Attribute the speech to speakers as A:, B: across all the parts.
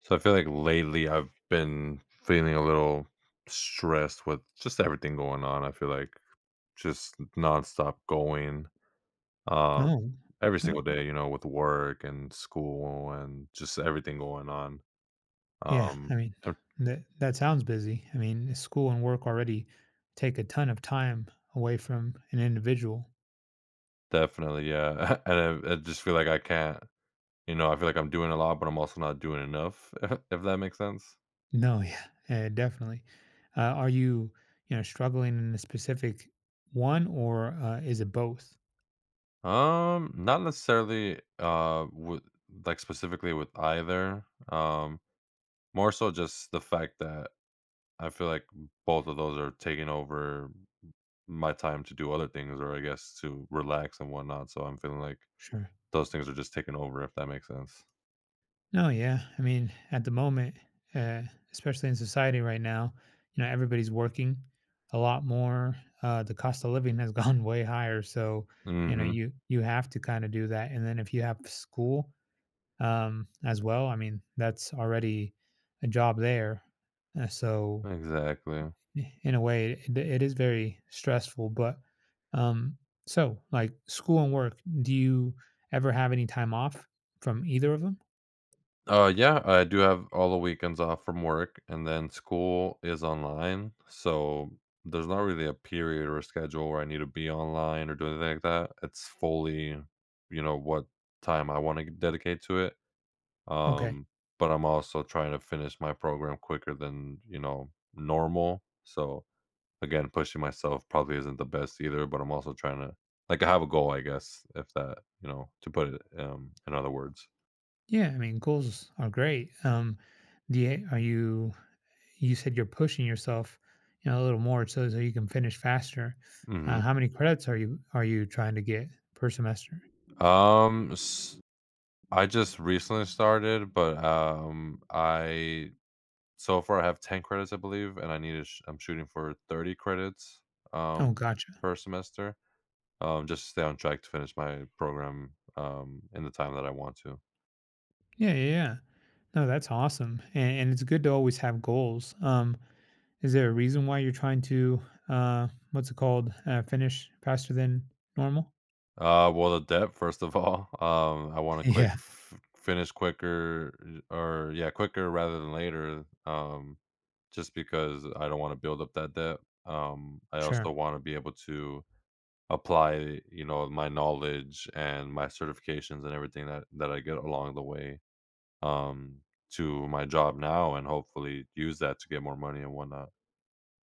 A: So I feel like lately I've been feeling a little stressed with just everything going on. I feel like just nonstop going um,
B: Oh,
A: every
B: uh,
A: single day, with work and school and just everything going on.
B: yeah.
A: Um,
B: I mean,
A: I'm
B: that sounds busy. I mean, school and work already take a ton of time away from an individual.
A: definitely, yeah. And I just feel like I can't, I feel like I'm doing a lot, but I'm also not doing enough, if that makes sense.
B: No, yeah, yeah definitely. Are you, struggling in a specific one, or is it both?
A: Not necessarily with like specifically with either. Um, more so just the fact that I feel like both of those are taking over my time to do other things or I guess to relax and whatnot. So I'm feeling like
B: Sure.
A: those things are just taking over, if that makes sense.
B: No, yeah. I mean, at the moment, uh, especially in society right now, everybody's working a lot more. The cost of living has gone way higher, so
A: Hmm.
B: you have to kind of do that. And then if you have school as well, I mean, that's already a job there. So
A: Exactly.
B: in a way, it is very stressful. But um, so, like school and work, do you ever have any time off from either of them?
A: Yeah, I do have all the weekends off from work and then school is online. So there's not really a period or a schedule where I need to be online or do anything like that. It's fully, what time I want to dedicate to it.
B: Okay.
A: Um, but I'm also trying to finish my program quicker than, normal. So again, pushing myself probably isn't the best either, but I'm also trying to like I have a goal, I guess, if that, to put it in other words.
B: Yeah, I mean, goals are great. Do you, are you, you said you're pushing yourself, a little more so you can finish faster. Uh,
A: Mm-hmm.
B: how many credits are you trying to get per semester?
A: Um, s- I just recently started, but I so far I have 10 credits, I believe, and I need to. I'm shooting for 30 credits, um,
B: Oh, gotcha.
A: per semester. Just to stay on track to finish my program in the time that I want to.
B: Yeah, yeah, yeah. No, that's awesome, and it's good to always have goals. Is there a reason why you're trying to what's it called? Finish faster than normal?
A: Well, the debt first of all. I want to
B: Yeah,
A: finish quicker, or yeah, quicker rather than later. Just because I don't want to build up that debt. I also
B: sure.
A: want to be able to apply, my knowledge and my certifications and everything that I get along the way um, to my job now, and hopefully use that to get more money and whatnot.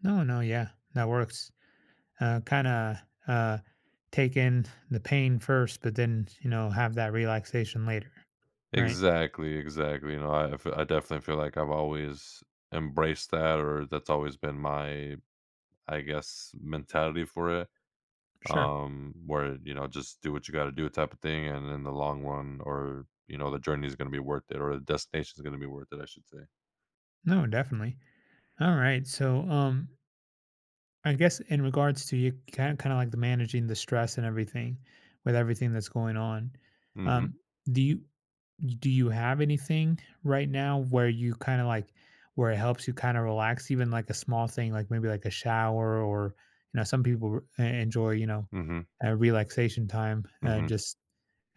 B: No, no, yeah, that works. Kind of uh, take in the pain first, but then, have that relaxation later. Right.
A: Exactly, exactly. I definitely feel like I've always embraced that or that's always been my, I guess, mentality for it,
B: Sure.
A: where, just do what you gotta do type of thing, and in the long run or, the journey is gonna be worth it or the destination is gonna be worth it, I should say.
B: No, definitely. All right. So, I guess in regards to you kind of like the managing the stress and everything with everything that's going on,
A: Mhm,
B: um, do you, do you have anything right now where you kind of like where it helps you kind of relax, even like a small thing like maybe like a shower, or some people enjoy,
A: mhm,
B: relaxation time,
A: mhm.
B: just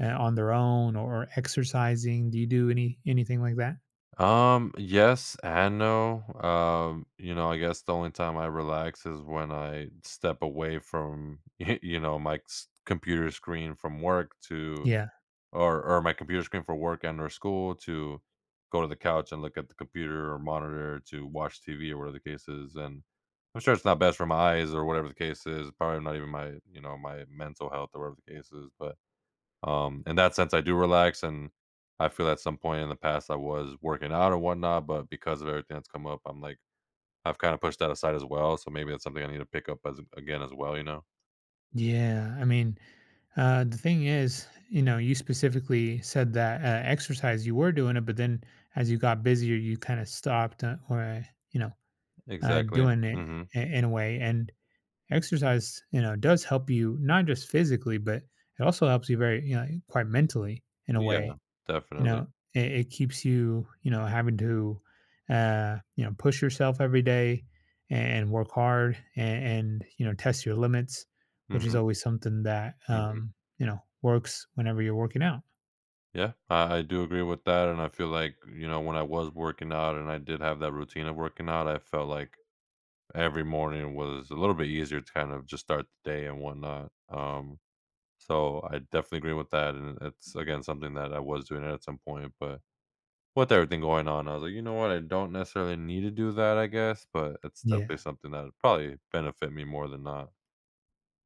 B: on their own, or exercising, do you do anything like that?
A: Yes and no. I guess the only time I relax is when I step away from, my s computer screen from work to
B: Yeah,
A: or my computer screen for work and or school to go to the couch and look at the computer or monitor to watch TV or whatever the case is. And I'm sure it's not best for my eyes or whatever the case is. Probably not even my mental health or whatever the case is. But in that sense I do relax and I feel at some point in the past I was working out or whatnot, but because of everything that's come up, I'm like I've kind of pushed that aside as well. So maybe that's something I need to pick up as again as well, you know?
B: yeah, I mean, the thing is, you specifically said that exercise you were doing it, but then as you got busier, you kind of stopped or, you know,
A: Exactly.
B: doing it
A: Hmm.
B: in a way. And exercise, does help you not just physically, but it also helps you very, quite mentally in a
A: Yeah,
B: way. You
A: definitely.
B: know, it keeps you, having to, push yourself every day and work hard and test your limits, which is
A: Hmm.
B: always something that,
A: Hmm.
B: works whenever you're working out.
A: Yeah, I do agree with that, and I feel like when I was working out and I did have that routine of working out, I felt like every morning was a little bit easier to kind of just start the day and whatnot. So I definitely agree with that, and it's again something that I was doing at some point, but with everything going on, I was like, you know what, I don't necessarily need to do that, I guess, but it's definitely
B: Yeah.
A: something that would probably benefit me more than not.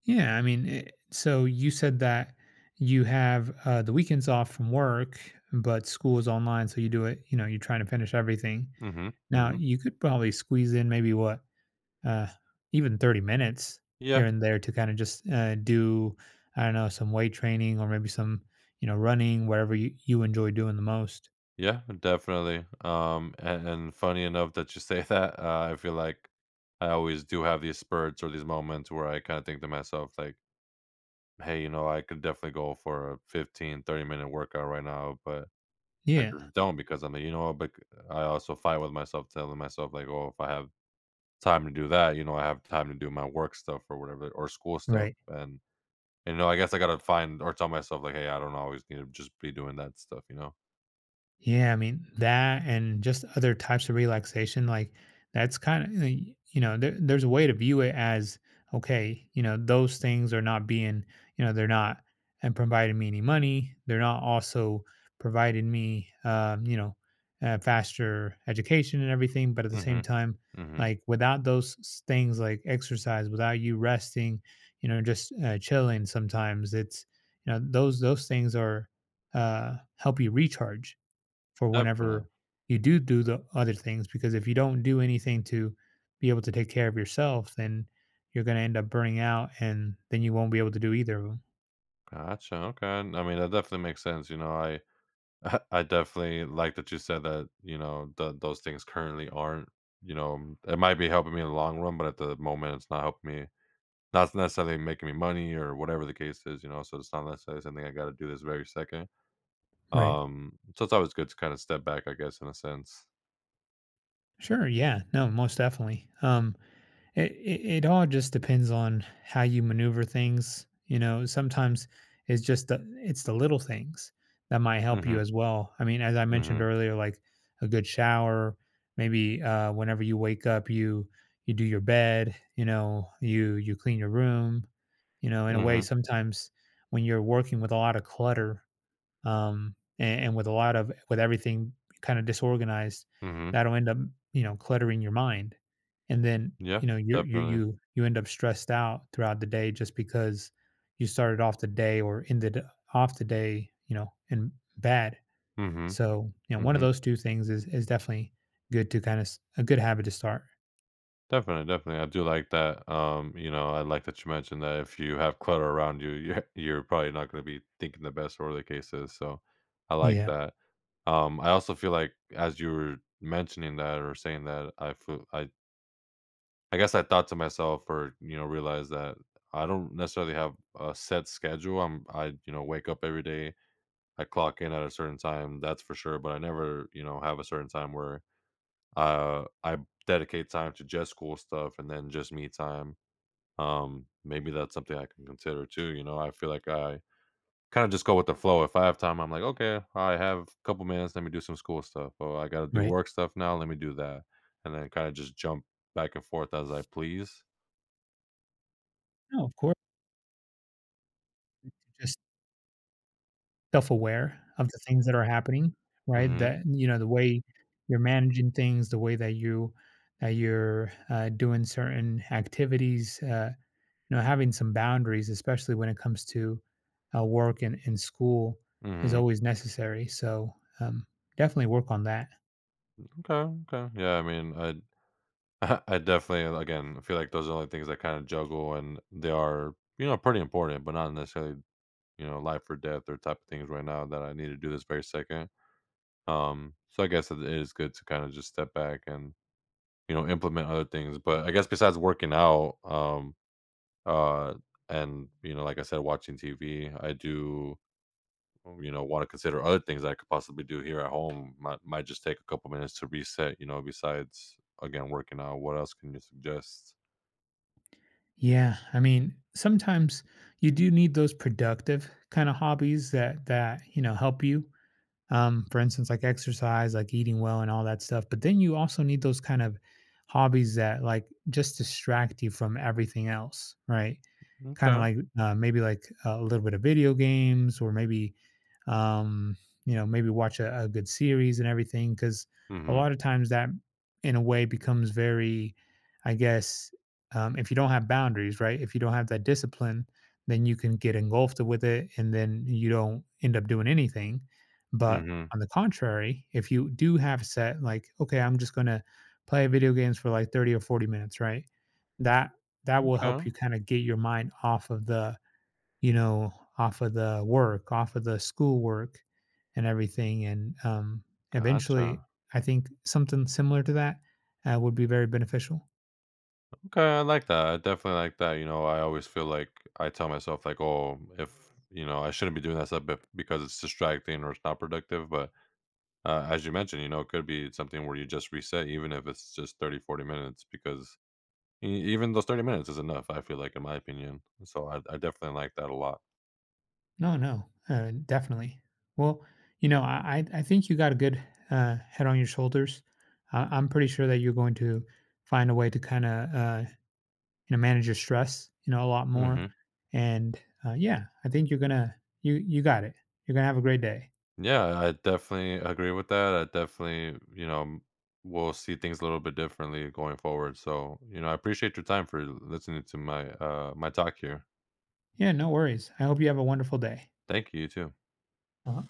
B: Yeah. I mean, so you said that you have the weekends off from work, but school is online. So you do it, you're trying to finish everything.
A: Mm-hmm.
B: Now,
A: Mm-hmm.
B: you could probably squeeze in maybe what uh, even 30 minutes here
A: Yeah,
B: and there to kind of just do, I don't know, some weight training or maybe some, running, whatever you enjoy doing the most.
A: yeah, definitely. And funny enough that you say that, I feel like I always do have these spurts or these moments where I kind of think to myself, like, hey, I could definitely go for a 15, 30-minute workout right now, but I
B: Yeah.
A: just don't because I'm like, but I also fight with myself, telling myself, like, oh, if I have time to do that, I have time to do my work stuff or whatever, or school stuff.
B: Right.
A: And, I guess I got to find or tell myself, like, hey, I don't always need to just be doing that stuff, you know?
B: Yeah, I mean, that and just other types of relaxation, like that's kind of, there's a way to view it as okay, those things are not being, they're not and providing me any money. They're not also providing me, faster education and everything. But at the same
A: Mm-hmm.
B: time,
A: Mm-hmm.
B: like without those things like exercise, without you resting, just chilling sometimes, those things help you recharge for
A: Definitely.
B: whenever you do the other things, because if you don't do anything to be able to take care of yourself, then you're going to end up burning out and then you won't be able to do either of them.
A: Gotcha, okay. I mean, that definitely makes sense, I I definitely like that you said that, th those things currently aren't, it might be helping me in the long run, but at the moment, it's not helping me not necessarily making me money or whatever the case is, so it's not necessarily something I gotta do this very second.
B: Right.
A: So it's always good to kinda step back, I guess, in a sense.
B: Sure. Yeah. No, most definitely. It all just depends on how you maneuver things. Sometimes it's just it's the little things that might help you
A: Mm,
B: as well. I mean, as I mentioned
A: mhm,
B: earlier, like a good shower, maybe whenever you wake up, you do your bed. You clean your room. You know,
A: mm,
B: in a way,
A: mhm,
B: sometimes when you're working with a lot of clutter, and with everything kind of disorganized,
A: mhm, mhm.
B: that'll end up cluttering your mind, and then
A: Yeah,
B: you know you you
A: definitely.
B: you you end up stressed out throughout the day just because you started off the day or ended off the day in bad.
A: Mm, mhm,
B: So
A: mm,
B: one of
A: mhm.
B: those two things is definitely good to kind of a good habit to start.
A: Definitely, definitely. I do like that. I like that you mentioned that if you have clutter around you, you're, you're probably not going to be thinking the best or the case is. So I like
B: Yeah,
A: that. I also feel like as you were mentioning that or saying that, I guess I thought to myself or, realized that I don't necessarily have a set schedule. I, wake up every day. I clock in at a certain time, that's for sure. But I never, have a certain time where I dedicate time to just school stuff and then just me time maybe that's something I can consider too, you know? I feel like I kinda just go with the flow. If I have time, I'm like, "Okay, I have a couple minutes, let me do some school stuff. Oh, I gotta do
B: right.
A: work stuff now, let me do that." And then kinda just jump back and forth as I please.
B: No, of course. Just. Self-aware of the things that are happening, right?
A: Mhm.
B: That the way you're managing things, the way that you're, doing certain activities, having some boundaries, especially when it comes to, work and school is
A: Mhm.
B: always necessary, so, um, definitely work on that.
A: Okay, okay. Yeah, I mean, I I definitely again, I feel like those are the only things I kinda juggle, and they are, pretty important, but not necessarily, life or death or type of things right now that I need to do this very second. So I guess it is good to kinda just step back and implement other things. But I guess besides working out, uh, and like I said, watching TV, I do, want to consider other things that I could possibly do here at home. Might just take a couple minutes to reset. Besides again working out, what else can you suggest?
B: Yeah, I mean, sometimes you do need those productive kinda hobbies that help you for instance, like exercise, like eating well, and all that stuff. But then you also need those kind of hobbies that like just distract you from everything else, right? Kinda
A: Okay.
B: like, maybe like a little bit of video games, or maybe, um, maybe watch a good series and everything. Because a
A: Mm-hmm.
B: lot of times that in a way becomes very, I guess, if you don't have boundaries, right? If you don't have that discipline, then you can get engulfed with it and then you don't end up doing anything. But
A: Mm-hmm.
B: on the contrary, if you do have set like, "Okay, I'm just gonna play video games for like 30 or 40 minutes," right? That that will help
A: Okay.
B: you kind of get your mind you know off of the work, off of the schoolwork and everything, and eventually
A: Gotcha.
B: I think something similar to that would be very beneficial.
A: Okay, I like that. I definitely like that. I always feel like I tell myself like, oh, if I shouldn't be doing that stuff because it's distracting or it's not productive. But as you mentioned, it could be something where you just reset, even if it's just 30, 40 minutes, because e- even those 30 minutes is enough, I feel like, in my opinion. So I definitely like that a lot.
B: No, no, definitely. Well, I think you got a good head on your shoulders. I'm pretty sure that you're going to find a way to kind of manage your stress a lot more,
A: Hmm.
B: and yeah, I think you got it, you're gonna have a great day.
A: Yeah, I definitely agree with that. I definitely, will see things a little bit differently going forward. So, I appreciate your time for listening to my talk here.
B: Yeah, no worries. I hope you have a wonderful day.
A: Thank you, you too.
B: Uh-huh.